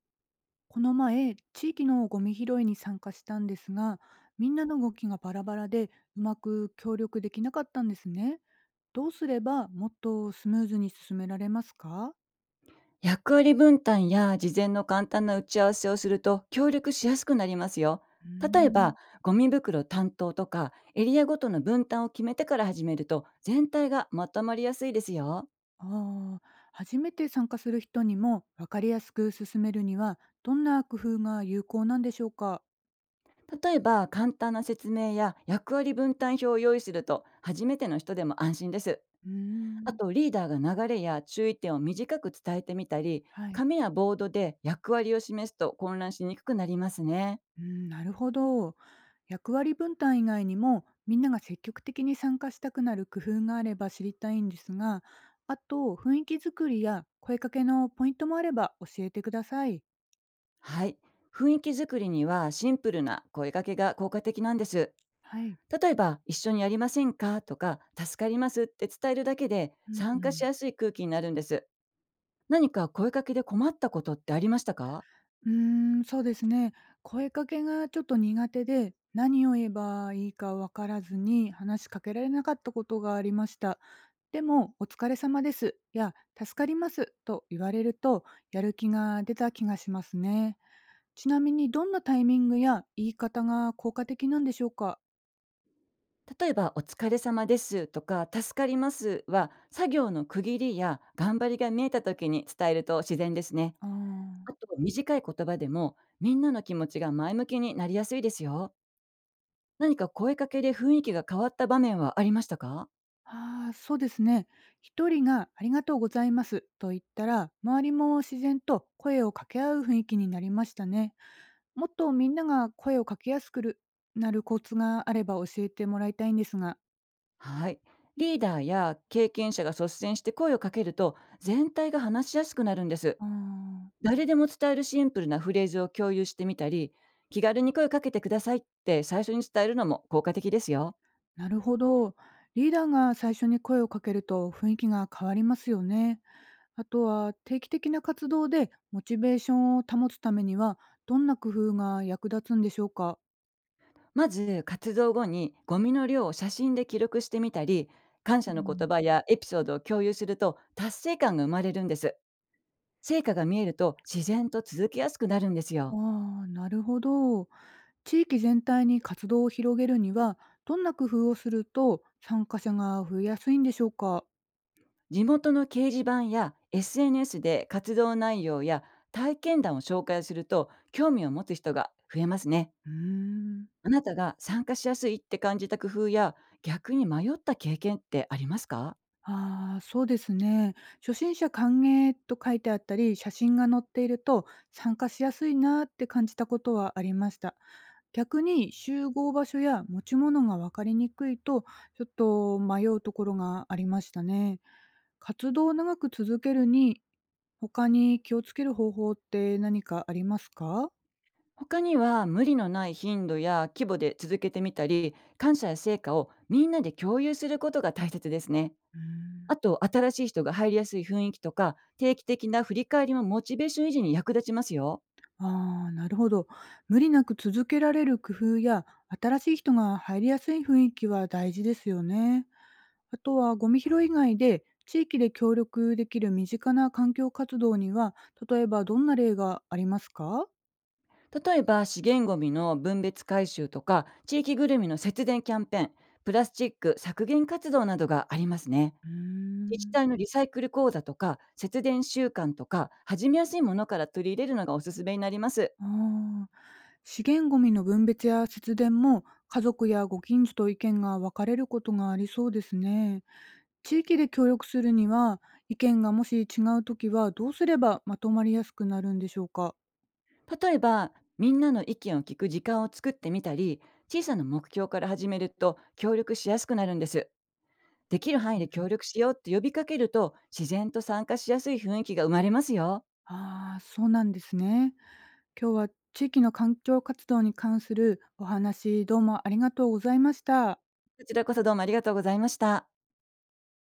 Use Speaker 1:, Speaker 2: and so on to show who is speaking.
Speaker 1: この前、地域のゴミ拾いに参加したんですが、みんなの動きがバラバラで、うまく協力できなかったんですね。どうすればもっとスムーズに進められますか？
Speaker 2: 役割分担や事前の簡単な打ち合わせをすると協力しやすくなりますよ。
Speaker 1: うー
Speaker 2: 例え
Speaker 1: ん。
Speaker 2: ば、ゴミ袋担当とかエリアごとの分担を決めてから始めると全体がまとまりやすいですよ。
Speaker 1: ああ、初めて参加する人にも分かりやすく進めるには、どんな工夫が有効なんでしょうか？
Speaker 2: 例えば、簡単な説明や役割分担表を用意すると初めての人でも安心です。
Speaker 1: うー
Speaker 2: あ
Speaker 1: ん。
Speaker 2: と、リーダーが流れや注意点を短く伝えてみたり、
Speaker 1: はい。
Speaker 2: 紙やボードで役割を示すと混乱しにくくなりますね。
Speaker 1: うん、なるほど。役割分担以外にもみんなが積極的に参加したくなる工夫があれば知りたいんですが、あと雰囲気作りや声かけのポイントもあれば教えてください。
Speaker 2: はい。雰囲気作りにはシンプルな声かけが効果的なんです。
Speaker 1: はい。
Speaker 2: 例えば、一緒にやりませんかとか、助かりますって伝えるだけで
Speaker 1: う
Speaker 2: 参加し
Speaker 1: ん
Speaker 2: やすい空気になるんです。何か声かけで困ったことってありましたか？
Speaker 1: うん、そうですね。声かけがちょっと苦手で何を言えばいいかわからずに話しかけられなかったことがありました。でも「お疲れ様です」や「助かります」と言われるとやる気が出た気がしますね。ちなみにどんなタイミングや言い方が効果的なんでしょうか？
Speaker 2: 例えば、お疲れ様ですとか、助かりますは、作業の区切りや頑張りが見えた時に伝えると自然ですね。
Speaker 1: あーあ
Speaker 2: あ
Speaker 1: ー。
Speaker 2: と、短い言葉でも、みんなの気持ちが前向きになりやすいですよ。何か声かけで雰囲気が変わった場面はありましたか？
Speaker 1: あ、そうですね。一人が「ありがとうございます」と言ったら、周りも自然と声を掛け合う雰囲気になりましたね。もっとみんなが声を掛けやすくるなるコツがあれば教えてもらいたいんですが。
Speaker 2: はい。リーダーや経験者が率先して声をかけると、全体が話しやすくなるんです。
Speaker 1: ああ、
Speaker 2: 誰でも伝えるシンプルなフレーズを共有してみたり、気軽に声をかけてくださいって最初に伝えるのも効果的ですよ。
Speaker 1: なるほど。リーダーが最初に声をかけると雰囲気が変わりますよね。あとは定期的な活動でモチベーションを保つためにはどんな工夫が役立つんでしょうか？
Speaker 2: まず、活動後にゴミの量を写真で記録してみたり、感
Speaker 1: う
Speaker 2: 謝の言
Speaker 1: ん。
Speaker 2: 葉やエピソードを共有すると達成感が生まれるんです。成果が見えると自然と続けやすくなるんですよ。
Speaker 1: ああ、なるほど。地域全体に活動を広げるにはどんな工夫をすると参加者が増えやすいんでしょうか？
Speaker 2: 地元の掲示板や SNS で活動内容や体験談を紹介すると興味を持つ人が増えますね。
Speaker 1: うーん。
Speaker 2: あなたが参加しやすいって感じた工夫や、逆に迷った経験ってありますか？
Speaker 1: ああ、そうですね。初心者歓迎と書いてあったり、写真が載っていると参加しやすいなって感じたことはありました。逆に集合場所や持ち物が分かりにくいと、ちょっと迷うところがありましたね。活動を長く続けるに、他に気をつける方法って何かありますか？
Speaker 2: 他には、無理のない頻度や規模で続けてみたり、感謝や成果をみんなで共有することが大切ですね。
Speaker 1: うー
Speaker 2: あ
Speaker 1: ん。
Speaker 2: と、新しい人が入りやすい雰囲気とか定期的な振り返りもモチベーション維持に役立ちますよ。
Speaker 1: ああ、なるほど。無理なく続けられる工夫や、新しい人が入りやすい雰囲気は大事ですよね。あとは、ゴミ拾い以外で、地域で協力できる身近な環境活動には、例えばどんな例がありますか？
Speaker 2: 例えば、資源ごみの分別回収とか地域ぐるみの節電キャンペーン、プラスチック削減活動などがありますね。
Speaker 1: うー
Speaker 2: 自治
Speaker 1: ん。
Speaker 2: 体のリサイクル講座とか節電習慣とか、始めやすいものから取り入れるのがおすすめになります。
Speaker 1: ああ、資源ゴミの分別や節電も、家族やご近所と意見が分かれることがありそうですね。地域で協力するには、意見がもし違うときはどうすればまとまりやすくなるんでしょうか？
Speaker 2: 例えば、みんなの意見を聞く時間を作ってみたり、小さな目標から始めると協力しやすくなるんです。できる範囲で協力しようって呼びかけると、自然と参加しやすい雰囲気が生まれますよ。
Speaker 1: ああ、そうなんですね。今日は地域の環境活動に関するお話、どうもありがとうございました。
Speaker 2: こちらこそどうもありがとうございました。